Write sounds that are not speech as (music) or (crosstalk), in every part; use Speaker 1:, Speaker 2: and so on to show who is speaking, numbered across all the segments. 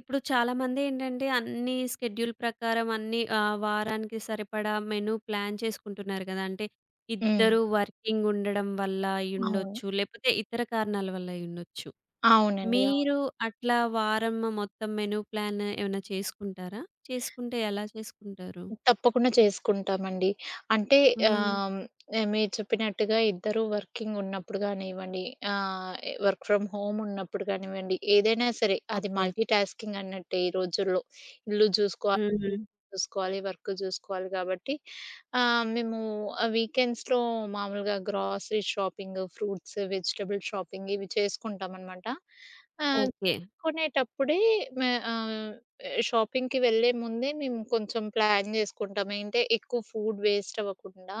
Speaker 1: ఇప్పుడు చాలామందేంటంటే అన్నీ షెడ్యూల్ ప్రకారం అన్నీ వారానికి సరిపడా మెను ప్లాన్ చేసుకుంటున్నారు గదా! అంటే
Speaker 2: హ్మ్.
Speaker 1: ఇద్దరు వర్కింగ్ ఉండడం వల్ల
Speaker 2: అవును.
Speaker 1: అయ్యుండొచ్చు. లేపోతే ఇతర కారణాల వల్ల అయ్యుండొచ్చు.
Speaker 2: అవునండి. అవును.
Speaker 1: మీరు అట్లా వారం మొత్తం మెను ప్లాన్ ఏమైనా చేసుకుంటారా? చేసుకుంటే ఎలా చేసుకుంటారు?
Speaker 2: తప్పకుండా చేసుకుంటామండి. అంటే
Speaker 1: హ్మ్.
Speaker 2: ఆహ్, మీరు చెప్పినట్టుగా ఇద్దరు వర్కింగ్ ఉన్నప్పుడు గానివ్వండి, ఆహ్, వర్క్ ఫ్రమ్ హోమ్ ఉన్నప్పుడు గానివ్వండి, ఏదైనా సరే అది
Speaker 1: ఓకే.
Speaker 2: మల్టీ టాస్కింగ్ అన్నట్టే ఈ రోజుల్లో. ఇల్లు చూసుకో
Speaker 1: హ్మ్.
Speaker 2: చూసుకోవాలి, వర్క్ చూసుకోవాలి కాబట్టి ఆహ్, మేము వీకెండ్స్‌లో మామూలుగా grocery shopping, fruits, vegetable shopping ఇవి చేసుకుంటామనమాట.
Speaker 1: ఓకే.
Speaker 2: చేసుకునేటప్పుడే మే ఆహ్, షాపింగ్‌కి వెళ్ళే ముందే మేము కొంచెం ప్లాన్ చేసుకుంటాం. ఏంటే ఎక్కువ ఫుడ్ వేస్ట్ అవ్వకుండా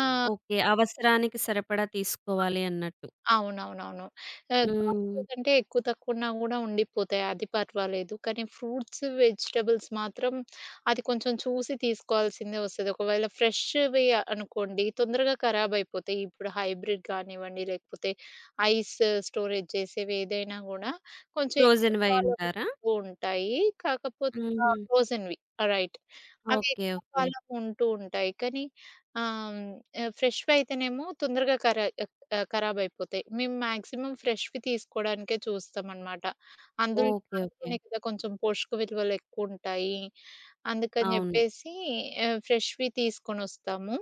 Speaker 2: ఆహ్,
Speaker 1: ఓకే. అవసరానికి సరిపడా తీసుకోవాలి అన్నట్టు.
Speaker 2: అవునవునవును.
Speaker 1: హ్మ్.
Speaker 2: గ్రాసరీ కంటే ఎక్కువ తక్కువున్నా గూడా ఉండిపోతాయి. అది పర్వాలేదు. కానీ ఫ్రూట్స్, వెజిటబుల్స్ మాత్రం అది కొంచెం చూసి తీసుకోవాల్సిందే వస్తది. ఒకవేళ ఫ్రెష్‌వి అనుకోండి తొందరగా ఖరాబయిపోతాయి. ఇప్పుడు హైబ్రిడ్ గానివ్వండి, లేకపోతే ఐస్ స్టోరేజ్ చేసేవి ఏదైనా గూడా కొంచెం ఎక్కువ కాలం
Speaker 1: ఫ్రోజెన్‌వయ్యుంటారా?
Speaker 2: నిల్వ ఉంటాయి. కాకపోతే
Speaker 1: హుహు.
Speaker 2: ఫ్రోజెన్‌వి రైట్. అవి
Speaker 1: ఓకే.
Speaker 2: ఎక్కువ
Speaker 1: ఓకే.
Speaker 2: కాలం ఉంటూ ఉంటాయి. కానీ ఆహ్, ఫ్రెష్‌వి అయితేనేమో ఖరాబయిపోతాయి. మేము మాక్సిమం ఫ్రెష్‌వి తీసుకోవడానికే చూస్తామనమాట. అందులో
Speaker 1: ఓకే. ఓకే.
Speaker 2: అందులోనే కదా కొంచెం పోషక విలువలెక్కువుంటాయి. అందుకని
Speaker 1: అవును.
Speaker 2: జెప్పేసి ఫ్రెష్‌వి తీసుకొనొస్తాము.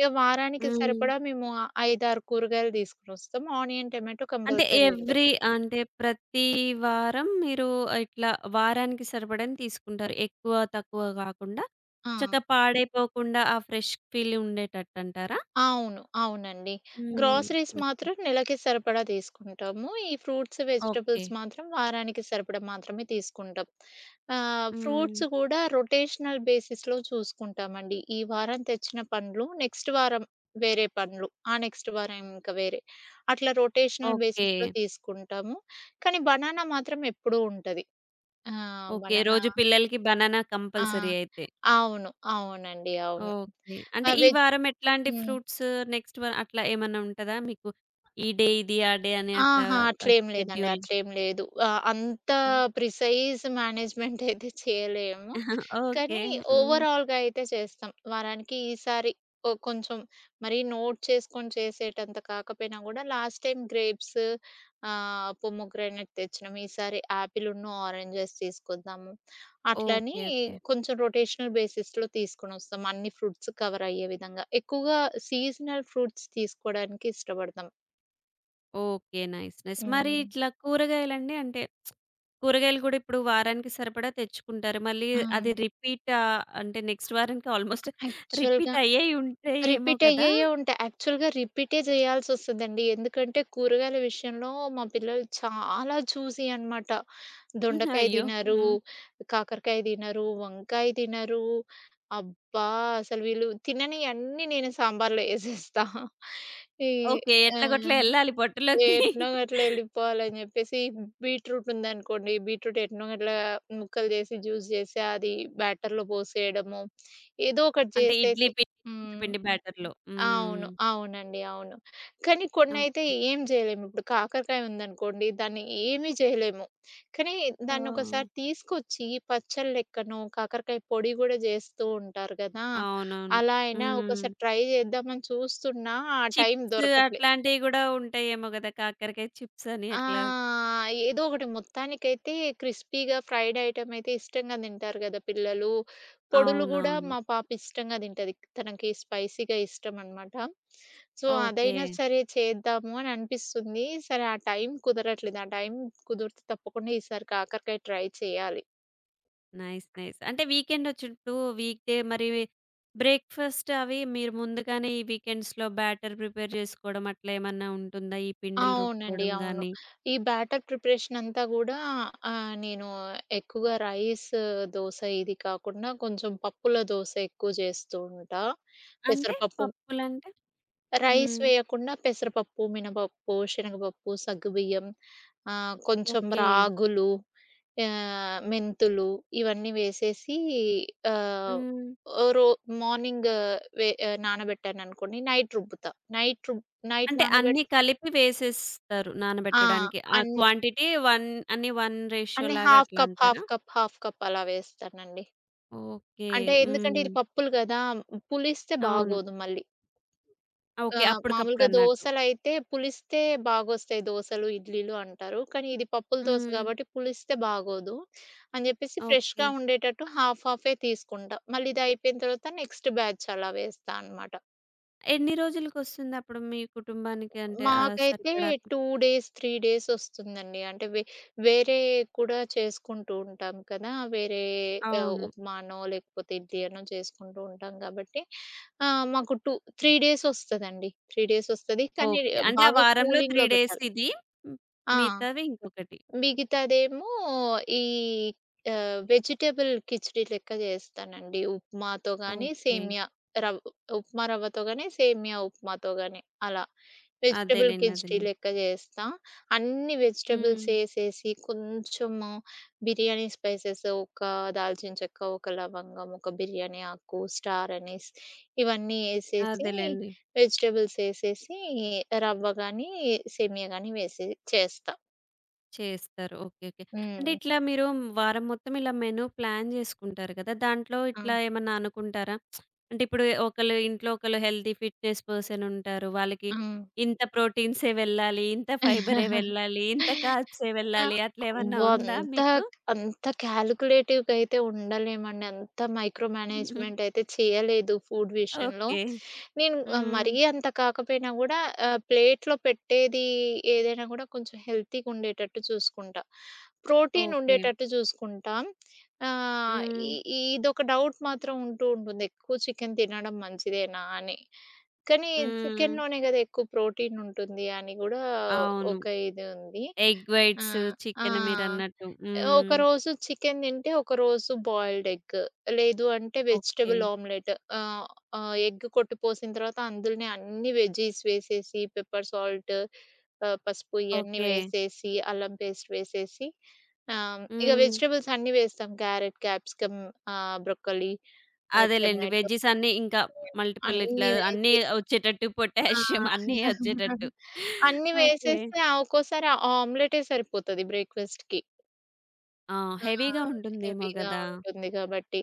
Speaker 2: ఇక వారానికి
Speaker 1: హ్మ్.
Speaker 2: సరిపడా మేము 5, 6 కూరగాయలు తీసుకొనొస్తాం. ఆనియన్, టమాటో
Speaker 1: అంటే
Speaker 2: కంపల్సరీ ఉంటది.
Speaker 1: ఎవ్రీ, అంటే ప్రతి వారం మీరు ఇట్లా వారానికి సరిపడని తీసుకుంటారు. ఎక్కువ, తక్కువ గాకుండా
Speaker 2: ఆ!
Speaker 1: చక్కగా పాడైపోకుండా ఆ ఫ్రెష్ ఫీల్ ఉండేటట్టంటారా?
Speaker 2: అవును. అవునండి. గ్రోసరీస్
Speaker 1: హ్మ్.
Speaker 2: మాత్రం నెలకి సరిపడా తీసుకుంటాము. ఈ ఫ్రూట్స్,
Speaker 1: ఓకే.
Speaker 2: వెజిటబుల్స్ మాత్రం వారానికి సరిపడా మాత్రమే తీసుకుంటాం.
Speaker 1: హ్మ్.
Speaker 2: ఫ్రూట్స్ గూడా రొటేషనల్ బేసిస్‌లో చూసుకుంటామండి. ఈ వారం తెచ్చిన పండ్లు నెక్స్ట్ వారం వేరే పండ్లు, ఆ నెక్స్ట్ వారం ఇంకా వేరే. అట్లా రొటేషనల్
Speaker 1: ఓకే.
Speaker 2: బేసిస్‌లో తీసుకుంటాము. కానీ బనానా మాత్రం ఎప్పుడూ ఉంటది. ఆ!
Speaker 1: ఓకే.
Speaker 2: బనానా
Speaker 1: రోజు పిల్లలకి బనానా
Speaker 2: ఆ!
Speaker 1: కంపల్సరీ అయితే.
Speaker 2: అవును. అవునండి. అవును.
Speaker 1: ఓకే. అంటే
Speaker 2: ఆహ్,
Speaker 1: ఈ
Speaker 2: వెజ్
Speaker 1: వారం ఎట్లాంటి
Speaker 2: హ్మ్.
Speaker 1: ఫ్రూట్స్ నెక్స్ట్ అట్లా ఏమన్నా ఉంటదా మీకు? ఈ డే ఇది, ఆ డే అని అట్లా
Speaker 2: ఆహా! అట్లేం లేదండి.
Speaker 1: షెడ్యూల్?
Speaker 2: అట్లేం లేదు. అంత
Speaker 1: (laughs) హ్మ్.
Speaker 2: ప్రిసైజ్ మేనేజ్‌మెంట్ (laughs) అయితే చేయలేము.
Speaker 1: ఓకే.
Speaker 2: కానీ
Speaker 1: హ్మ్.
Speaker 2: ఓవరాల్‌గా అయితే చేస్తాం. వారానికి ఈసారి ఓ కొంచెం మరీ నోట్ చేసుకొని చేసేటంత కాకపోయినా గూడా లాస్ట్ టైమ్ పొమోగ్రానేట్ తెచ్చినాం. ఈసారి యాపిలున్ను, ఆరెంజెస్ తీసుకొద్దాము. అట్లని
Speaker 1: ఓకే. ఓకే.
Speaker 2: కొంచెం రొటేషనల్ బేసిస్‌లో తీసుకొనొస్తాం. అన్ని ఫ్రూట్స్ కవర్ అయ్యే విధంగా. ఎక్కువగా సీజనల్ ఫ్రూట్స్ తీసుకోవడానికి ఇష్టపడతాం.
Speaker 1: ఓకే. నైస్. నైస్. మరి
Speaker 2: హ్మ్.
Speaker 1: ఇట్లా కూరగాయలండి? అంటే కూరగాయలు కూడా ఇప్పుడు వారానికి సరిపడా తెచ్చుకుంటారు. మళ్ళీ
Speaker 2: ఆ!
Speaker 1: అది రిపీట్ అంటే నెక్స్ట్ వారానికి ఆల్‌మోస్ట్
Speaker 2: యాక్చువల్‌గా
Speaker 1: రిపీట్ అయ్యేయి ఉంటాయేమో
Speaker 2: రిపీట్
Speaker 1: కదా!
Speaker 2: అయ్యేయే ఉంటాయి. యాక్చువల్‌గా రిపీటే చేయాల్సొస్తదండి. ఎందుకంటే కూరగాయల విషయంలో మా పిల్లలు చాలా చూసీ అనమాట.
Speaker 1: హుహు.
Speaker 2: దొండకాయ
Speaker 1: అయ్యో!
Speaker 2: తినరు,
Speaker 1: హ్మ్.
Speaker 2: కాకరకాయ తినరు, వంకాయ తినరు. అబ్బా! అసలు వీళ్ళు తిననియన్నీ నేను సాంబార్‌లో ఏసేస్తా. ఈ
Speaker 1: ఓకే.
Speaker 2: ఆ!
Speaker 1: ఎట్లాగొట్లా ఎళ్ళాలి పొట్టలోకి.
Speaker 2: ఎట్నో గట్ల ఎళ్ళిపోవాలని జెప్పేసి బీట్రూట్ ఉందనుకోండి. బీట్రూట్ ఎట్నో గట్ల ముక్కలు జేసి, జ్యూస్ జేసి అది బ్యాటర్‌లో పోసేయడము. ఏదో ఒకటి
Speaker 1: అంటే ఇడ్లీ
Speaker 2: జేసైతే
Speaker 1: పిండి, దోస
Speaker 2: హ్మ్.
Speaker 1: పిండి బ్యాటర్‌లో. హ్మ్.
Speaker 2: అవును. అవునండి. అవును. కానీ కొన్నైతే
Speaker 1: ఓకే.
Speaker 2: ఏం జేయలేము. ఇప్పుడు కాకరకాయ ఉందనుకోండి, దాన్ని ఏమీ జేయలేము. కానీ
Speaker 1: ఓహ్!
Speaker 2: దాన్నొకసారి తీసుకొచ్చి పచ్చడి లెక్కనో, కాకరకాయ పొడి గూడా జేస్తూ ఉంటారు గదా!
Speaker 1: అవునవును.
Speaker 2: అలా అయినా
Speaker 1: హ్మ్.
Speaker 2: ఒకసారి ట్రై జేద్దామని చూస్తున్నా, ఆ టైం
Speaker 1: చిప్స్
Speaker 2: దొరకట్లే.
Speaker 1: అట్లాంటియి గూడా ఉంటాయేమో గదా! కాకరకాయ చిప్స్ అని అట్లా.
Speaker 2: ఆ! ఏదో ఒకటి మొత్తానికైతే క్రిస్పీగా ఫ్రైడ్ ఐటెమ్ అయితే ఇష్టంగా తింటారు గదా పిల్లలు. పొడులు గూడా
Speaker 1: అవునవును.
Speaker 2: మా పాప ఇష్టంగా తింటది. తనకి స్పైసీగా ఇష్టం అనమాట. So,
Speaker 1: okay.
Speaker 2: అదైనా సరే చేద్దాము అని అనిపిస్తుంది. సరే ఆ టైం కుదరట్లేదు. ఆ టైం కుదిరితే తప్పకుండా ఈసారి కాకరకాయ ట్రై చేయాలి.
Speaker 1: నైస్. నైస్. అంటే వీకెండొచ్చినప్పుడు వీక్ డే మరి బ్రేక్‌ఫాస్ట్ అవి మీరు ముందుగానే ఈ వీకెండ్స్‌లో బ్యాటర్ ప్రిపేర్ చేసుకోవడం అట్లా ఏమన్నా ఉంటుందా? ఈ పిండిలు
Speaker 2: అవునండి.
Speaker 1: రుబ్బుకోవడం
Speaker 2: అవును.
Speaker 1: గాని?
Speaker 2: ఈ బ్యాటర్ ప్రిపరేషన్ అంతా గూడా నేను ఎక్కువగా దోస ఇది కాకుండా కొంచెం పప్పుల దోస ఎక్కువ జేస్తూ ఉంటా.
Speaker 1: అంటే
Speaker 2: పెసరపప్పు
Speaker 1: పప్పులంటే
Speaker 2: రైస్
Speaker 1: హ్మ్.
Speaker 2: వేయకుండా పెసరపప్పు, మినపప్పు, శనగపప్పు, సగ్గుబియ్యం కొంచెం
Speaker 1: ఓకే.
Speaker 2: రాగులు, మెంతులు ఇవన్నీ వేసేసి ఆహ్,
Speaker 1: హ్మ్.
Speaker 2: ఓ రో మార్నింగ్ వే ఆహ్, నానబెట్టాననుకోండి నైట్ రుబ్బుతా. నైట్ రుబ్ నైట్
Speaker 1: అంటే
Speaker 2: నానబెడితే
Speaker 1: అన్నీ కలిపి వేసేస్తారు
Speaker 2: ఆ!
Speaker 1: నానబెట్టడానికి. ఆ
Speaker 2: అన్
Speaker 1: క్వాంటిటీ 1 అన్ని 1 రేషియో
Speaker 2: అన్ని
Speaker 1: లాగా
Speaker 2: హాఫ్
Speaker 1: అట్లా
Speaker 2: కప్,
Speaker 1: అంటారా?
Speaker 2: హాఫ్ కప్, హాఫ్ కప్ అలా వేస్తానండి.
Speaker 1: ఓకే.
Speaker 2: అంటే ఎందుకంటే
Speaker 1: హ్మ్.
Speaker 2: ఇది పప్పులు గదా! పులిస్తే
Speaker 1: అవును.
Speaker 2: బాగోదు మళ్ళీ.
Speaker 1: ఆ, ఓకే. అప్పటికప్పుడు
Speaker 2: మామూలుగా
Speaker 1: అన్నట్టు.
Speaker 2: దోసలైతే పులిస్తే బాగొస్తాయి దోసలు, ఇడ్లీలు అంటారు. కానీ ఇది పప్పుల దోస
Speaker 1: హ్మ్.
Speaker 2: గాబట్టి పులిస్తే బాగోదు. అని జెప్పేసి
Speaker 1: ఓకే.
Speaker 2: ఫ్రెష్‌గా ఉండేటట్టు హాఫ్ హాఫే తీసుకుంటా. మళ్ళీ ఇది అయిపోయిన తర్వాత నెక్స్ట్ బ్యాచ్ అలా వేస్తా అనమాట.
Speaker 1: ఎన్ని రోజులకొస్తుందప్పుడు మీ కుటుంబానికి అంటే
Speaker 2: మాకైతే
Speaker 1: సరిపడా?
Speaker 2: 2 డేస్, 3 డేస్ ఒస్తుందండి. అంటే వే వేరే కూడా చేసుకుంటూ ఉంటాం కదా! వేరే
Speaker 1: అవును.
Speaker 2: ఉప్మానో, లేకపోతే ఇడ్లీ అనో చేసుకుంటూ ఉంటాం కాబట్టి మాకు 2, 3 డేస్ ఒస్తదండి. 3 డేస్ ఒస్తది. కానీ
Speaker 1: ఓకే. అంటే ఆ
Speaker 2: బాగా
Speaker 1: వారంలో 3
Speaker 2: కూలింగ్‌లో
Speaker 1: డేస్
Speaker 2: బెట్టాలి.
Speaker 1: ఇది. హ్మ్.
Speaker 2: ఆ!
Speaker 1: మిగతావి ఇంకొకటి.
Speaker 2: మిగతాదేమో ఈ వెజిటబుల్ కిచిడీ లెక్క జేస్తానండి.
Speaker 1: ఓకే.
Speaker 2: రవ్ ఉప్మా రవ్వతో గాని, సేమియా ఉప్మాతో గాని అలా. వెజిటబుల్
Speaker 1: అదేలెండి.
Speaker 2: కిచిడీ
Speaker 1: అదేలెండి.
Speaker 2: లెక్క జేస్తా. అన్ని వెజిటబుల్స్
Speaker 1: హ్మ్.
Speaker 2: ఏసేసి కొంచెము బిర్యానీ స్పైసెస్ ఒక దాల్చిన చెక్క, ఒక లవంగం, ఒక బిర్యానీ ఆకు, స్టార్ అనీస్ ఇవన్నీ ఏసేసి
Speaker 1: అదేలెండి.
Speaker 2: వెజిటబుల్స్ ఏసేసి రవ్వ గాని, సేమియా గాని వేసి చేస్తా.
Speaker 1: చేస్తారు. ఓకే. ఓకే. అంటే
Speaker 2: హ్మ్.
Speaker 1: ఇట్లా మీరు వారం మొత్తం ఇలా మెను ప్లాన్ జేసుకుంటారు గదా! దాంట్లో
Speaker 2: ఆ!
Speaker 1: ఇట్లా ఏమన్నా అనుకుంటారా? అంటే ఇప్పుడు ఒకళ్ళు ఇంట్లో ఒకళ్ళు హెల్తీ ఫిట్‌నెస్ పర్సన్ ఉంటారు. వాళ్ళకి
Speaker 2: హ్మ్.
Speaker 1: ఇంత ప్రోటీన్సే వెళ్ళాలి, ఇంత ఫైబరే
Speaker 2: (laughs)
Speaker 1: వెళ్ళాలి, ఇంత కార్బ్సే
Speaker 2: ఆ!
Speaker 1: వెళ్ళాలి అట్లేమన్నా
Speaker 2: అవ్వ!
Speaker 1: ఉందా
Speaker 2: అంత,
Speaker 1: మీకు?
Speaker 2: అంత క్యాలిక్యులేటివ్‌గా అయితే ఉండలేమండి. అంత మైక్రో మేనేజ్‌మెంట్
Speaker 1: (laughs)
Speaker 2: అయితే చేయలేదు ఫుడ్ విషయంలో.
Speaker 1: ఓకే.
Speaker 2: నేను
Speaker 1: హ్మ్.
Speaker 2: మరీ అంత కాకపోయినా గూడా ప్లేట్‌లో పెట్టేది ఏదైనా గూడా కొంచెం హెల్తీగా ఉండేటట్టు చూసుకుంటా. Protein
Speaker 1: okay.
Speaker 2: ఉండేటట్టు చూసుకుంటా. ఆహ్, ఈ
Speaker 1: హ్మ్.
Speaker 2: ఈ ఇదొక డౌట్ మాత్రం ఉంటూ ఉంటుంది. ఎక్కువ చికెన్ తినడం మంచిదేనా అని. కానీ
Speaker 1: హ్మ్.
Speaker 2: చికెన్‌లోనే గదా ఎక్కువ ప్రోటీన్ ఉంటుంది అని గూడా
Speaker 1: అవును.
Speaker 2: ఒక ఇది ఉంది.
Speaker 1: ఎగ్
Speaker 2: ఆ!
Speaker 1: వైట్స్, చికెన్
Speaker 2: ఆ!
Speaker 1: మీరన్నట్టు. హ్మ్.
Speaker 2: ఒకరోజు చికెన్ తింటే, ఒకరోజు బాయిల్డ్ ఎగ్. లేదు అంటే
Speaker 1: ఓకే.
Speaker 2: Vegetable omelette. ఆహ్, ఆహ్, ఎగ్ కొట్టిపోసిన తర్వాత అందులోనే అన్ని వెజ్జీస్ వేసేసి, పెప్పర్ సాల్ట్, పసుపు ఇయన్నీ
Speaker 1: ఓకే.
Speaker 2: వేసేసి, అల్లం పేస్ట్ వేసేసి, ఇగ
Speaker 1: హ్మ్.
Speaker 2: వెజిటబుల్స్ అన్నీ వేస్తాం. క్యారెట్, క్యాప్సికమ్, బ్రొక్కలి,
Speaker 1: అదేలెండి.
Speaker 2: టొమాటో
Speaker 1: వెజ్జీస్ అన్నీ ఇంకా మల్టిపుల్ ఇట్లా
Speaker 2: అన్నీ
Speaker 1: అన్నీ
Speaker 2: వేసి
Speaker 1: వచ్చేటట్టు
Speaker 2: ఆ!
Speaker 1: పొటాషియం అన్నీ వచ్చేటట్టు.
Speaker 2: (laughs) అన్నీ
Speaker 1: ఓకే.
Speaker 2: వేసేస్తే, ఆ! ఒక్కోసారి ఆ ఆమ్లెటే సరిపోతది బ్రేక్‌ఫాస్ట్‌కి.
Speaker 1: ఆ!
Speaker 2: ఆ!
Speaker 1: హెవీగా ఉంటుందేమో
Speaker 2: హెవీగా
Speaker 1: గదా!
Speaker 2: ఉంటుంది కాబట్టి.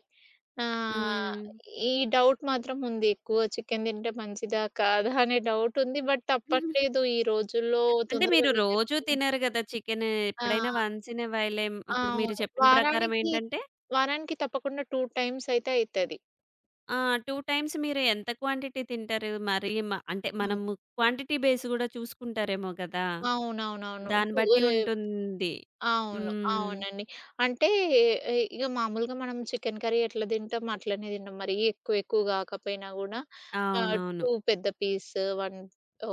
Speaker 2: ఆహ్,
Speaker 1: హ్మ్.
Speaker 2: ఈ డౌట్ మాత్రం ఉంది. ఎక్కువ చికెను తింటే మంచిదా? కాదా? అనే డౌట్ ఉంది. బట్
Speaker 1: (laughs)
Speaker 2: తప్పట్లేదు ఈ రోజుల్లో
Speaker 1: అంటే
Speaker 2: తొందరగా
Speaker 1: మీరు
Speaker 2: వీకెండ్స్
Speaker 1: రోజూ తినరు గదా! చికెను
Speaker 2: ఆ!
Speaker 1: ఎప్పుడైనా వన్స్ ఇన్ ఏ వైల్ ఇప్పుడు మీరు
Speaker 2: అవును.
Speaker 1: చెప్పిన ప్రకారం ఏంటంటే
Speaker 2: వారానికి తప్పకుండా 2 టైమ్స్ అయితే అయితది.
Speaker 1: ఆ! 2 టైమ్స్ మీరు ఎంత క్వాంటిటీ తింటారు? మరి అంటే
Speaker 2: హ్మ్.
Speaker 1: మనము క్వాంటిటీ బేస్ గూడా చూసుకుంటారేమో గదా!
Speaker 2: అవునవునవును.
Speaker 1: దాన్ని
Speaker 2: టూ
Speaker 1: బట్టి
Speaker 2: ఏ
Speaker 1: ఉంటుంది.
Speaker 2: అవును.
Speaker 1: హ్మ్.
Speaker 2: అవునండి. అంటే ఎ ఇగ మామూలుగా మనం చికెన్ కర్రీ ఎట్లా తింటాం అట్లనే తింటాం. మరీ ఎక్కువ ఎక్కువ కాకపోయినా గూడా ఆహ్,
Speaker 1: అవునవును.
Speaker 2: 2 పెద్ద పీస్, 1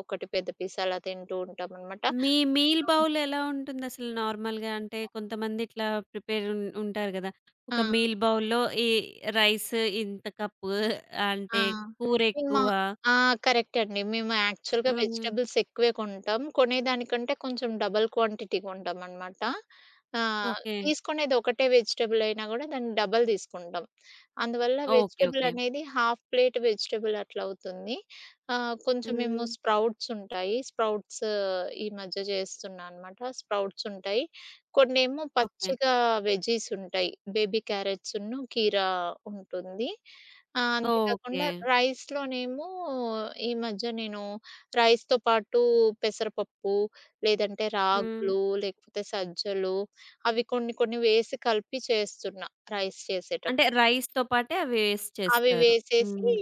Speaker 2: ఒకటి పెద్ద పీస్ అలా తింటూ ఉంటామనమాట.
Speaker 1: మీ మీల్ బౌల్ ఎలా ఉంటుందసలు నార్మల్‌గా? అంటే కొంతమంది ఇట్లా ప్రిపేర్ ఉంటారు గదా!
Speaker 2: ఆ!
Speaker 1: ఒక మీల్ బౌల్‌లో ఈ రైస్ ఇంత కప్పు
Speaker 2: ఆ!
Speaker 1: అంటే
Speaker 2: మేము
Speaker 1: కూరెక్కువ.
Speaker 2: ఆ! కరెక్ట్ అండి. మేము యాక్చువల్‌గా
Speaker 1: హ్మ్.
Speaker 2: వెజిటబుల్స్ ఎక్కువే కొంటాం. కొనేదానికంటే కొంచెం డబుల్ క్వాంటిటీ కొంటామనమాట.
Speaker 1: ఓకే.
Speaker 2: తీసుకునేది ఒకటే వెజిటబుల్ అయినా గూడా దాన్ని డబుల్ తీసుకుంటాం. అందువల్ల
Speaker 1: ఓకే.
Speaker 2: Vegetable
Speaker 1: okay.
Speaker 2: అనేది హాఫ్ ప్లేట్ వెజిటబుల్ అట్లా అవుతుంది. కొంచెం
Speaker 1: హ్మ్.
Speaker 2: మేము స్ప్రౌట్స్ ఉంటాయి. స్ప్రౌట్స్ ఈ మధ్య చేస్తున్నా అనమాట. స్ప్రౌట్స్ ఉంటాయి. కొన్నేమో
Speaker 1: ఓకే.
Speaker 2: పచ్చిగా వెజీస్ ఉంటాయి. బేబీ క్యారెట్స్‌ను, కీరా ఉంటుంది. అంతే
Speaker 1: ఓకే.
Speaker 2: కాకుండా రైస్‌లోనేమో ఈ మధ్య నేను రైస్‌తో పాటు పెసరపప్పు, లేదంటే హ్మ్.
Speaker 1: హ్మ్.
Speaker 2: రాగులు, లేకపోతే సజ్జలు అవి కొన్ని కొన్ని వేసి కలిపి చేస్తున్నా రైస్
Speaker 1: అంటే
Speaker 2: చేసేటప్పుడు.
Speaker 1: రైస్‌తో పాటే అవి వేసి
Speaker 2: అవి
Speaker 1: చేస్తారు.
Speaker 2: వేసేసి
Speaker 1: హ్మ్.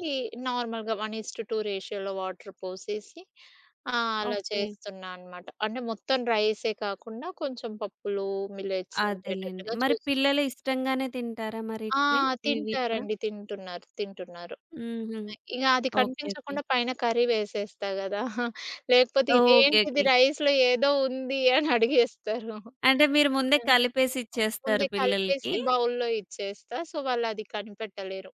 Speaker 2: నార్మల్‌గా 1:2 రేషియోలో వాటర్ పోసేసి అలా
Speaker 1: ఓకే.
Speaker 2: చేస్తున్నా అనమాట. అంటే మొత్తం రైసే కాకుండా కొంచెం పప్పులు, మిల్లెట్స్
Speaker 1: అదేలెండి.
Speaker 2: ఉండేటట్టుగా
Speaker 1: మరి పిల్లలు
Speaker 2: చూసుకుంటున్నా.
Speaker 1: ఇష్టంగానే తింటారా మరి
Speaker 2: ఆ!
Speaker 1: ఇడ్లీ? ఈ వీటిలో?
Speaker 2: తింటారండి. తింటున్నారు.
Speaker 1: హుహు.
Speaker 2: ఇగ అది
Speaker 1: ఓకే. ఓకే.
Speaker 2: కనిపించకుండా పైన కర్రీ వేసేస్తా గదా! లేకపోతే
Speaker 1: ఓకే. ఓకే.
Speaker 2: ఇదేంటిది రైస్‌లో ఏదో ఉంది అని అడిగేస్తారు.
Speaker 1: అంటే మీరు ముందే
Speaker 2: ఆ!
Speaker 1: కలిపేసి ఇచ్చేస్తారు
Speaker 2: ముందే
Speaker 1: పిల్లలకి.
Speaker 2: కలిపేసి బౌల్‌లో ఇచ్చేస్తా. సో, వాళ్ళది కనిపెట్టలేరు.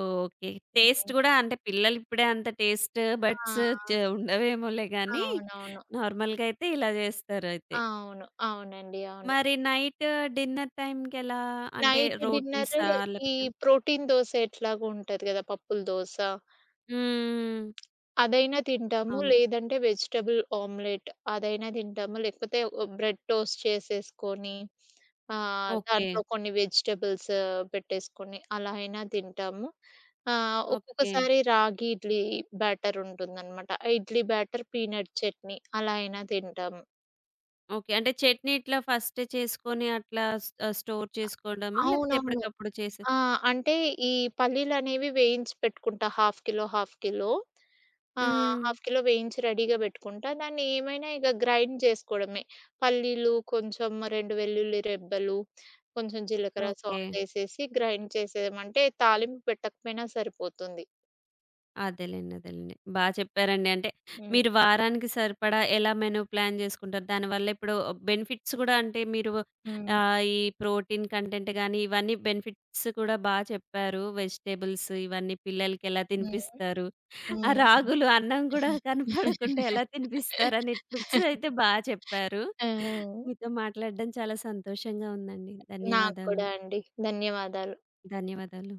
Speaker 1: ఓకే. టేస్ట్
Speaker 2: హ్మ్.
Speaker 1: గూడా అంటే పిల్లలు ఇప్పుడే అంత టేస్ట్ బడ్స్
Speaker 2: ఆ!
Speaker 1: చ ఉండవేమోలే గానీ,
Speaker 2: అవునవును.
Speaker 1: నార్మల్‌గా అయితే ఇలా జేస్తారు అయితే.
Speaker 2: అవును. అవునండి. అవును.
Speaker 1: మరి నైట్ డిన్నర్ టైమ్‌కెలా? అంటే
Speaker 2: నైట్ డిన్నర్
Speaker 1: రోటీసా?
Speaker 2: ఈ
Speaker 1: లేపోతే
Speaker 2: ప్రోటీన్ దోస ఎట్లాగో ఉంటది గదా! పప్పుల దోస.
Speaker 1: హ్మ్.
Speaker 2: అదైనా తింటాము.
Speaker 1: అవును.
Speaker 2: లేదంటే వెజిటబుల్ ఆమ్లెట్ అదైనా తింటాము. లేకపోతే ఓ బ్రెడ్ టోస్ట్ చేసేసుకొని
Speaker 1: ఓకే.
Speaker 2: దాంట్లో కొన్ని వెజిటబుల్స్ పెట్టేసుకొని అలా అయినా తింటాము.
Speaker 1: ఓకే.
Speaker 2: ఒక్కొక్కసారి రాగి ఇడ్లీ బ్యాటర్ ఉంటుందనమాట. ఆ ఇడ్లీ బ్యాటర్ పీనట్ చట్నీ అలా అయినా తింటాము.
Speaker 1: ఓకే. అంటే చట్నీ ఇట్లా ఫస్టే చేసుకొని అట్లా స్టోర్ చేసుకోవడమా? లేకపోతే
Speaker 2: అవునవును.
Speaker 1: ఎప్పటికప్పుడు చేసే
Speaker 2: ఆ! అంటే ఈ పల్లీలనేవి వేయించి పెట్టుకుంటా. Half kilo, half kilo. ఆ! హ్మ్.
Speaker 1: హ్మ్.
Speaker 2: హాఫ్ కిలో వేయించి రెడీగా పెట్టుకుంటా. దాన్ని ఏమైనా ఇక గ్రైండ్ చేసుకోవడమే. పల్లీలు, కొంచెం 2 వెల్లుల్లి రెబ్బలు, కొంచెం జీలకర్ర,
Speaker 1: ఓకే.
Speaker 2: సాల్ట్ ఏసేసి గ్రైండ్ చేసేయమంటే తాలింపు పెట్టకపోయినా సరిపోతుంది.
Speaker 1: అదేలెండి. అదేలెండి. బా చెప్పారండి. అంటే
Speaker 2: హ్మ్.
Speaker 1: మీరు వారానికి సరిపడా ఎలా మెను ప్లాన్ జేసుకుంటారు? దానివల్ల ఇప్పుడు బెనిఫిట్స్ గూడా అంటే మీరు
Speaker 2: హ్మ్.
Speaker 1: ఈ ప్రోటీన్ కంటెంట్ గాని, ఇవన్నీ బెనిఫిట్స్ కూడా బా చెప్పారు. వెజిటబుల్స్ ఇవన్నీ పిల్లలకి ఎలా
Speaker 2: హ్మ్.
Speaker 1: తినిపిస్తారు? ఆ
Speaker 2: హ్మ్.
Speaker 1: రాగులు అన్నం గూడా కనపడకుండా ఎలా తినిపిస్తారనే ట్రిక్స్ అయితే బా చెప్పారు.
Speaker 2: ఆ!
Speaker 1: మీతో మాట్లాడడం చాలా సంతోషంగా ఉందండి.
Speaker 2: నాకు
Speaker 1: ధన్యవాదాలు.
Speaker 2: కూడా అండి. ధన్యవాదాలు.
Speaker 1: ధన్యవాదాలు.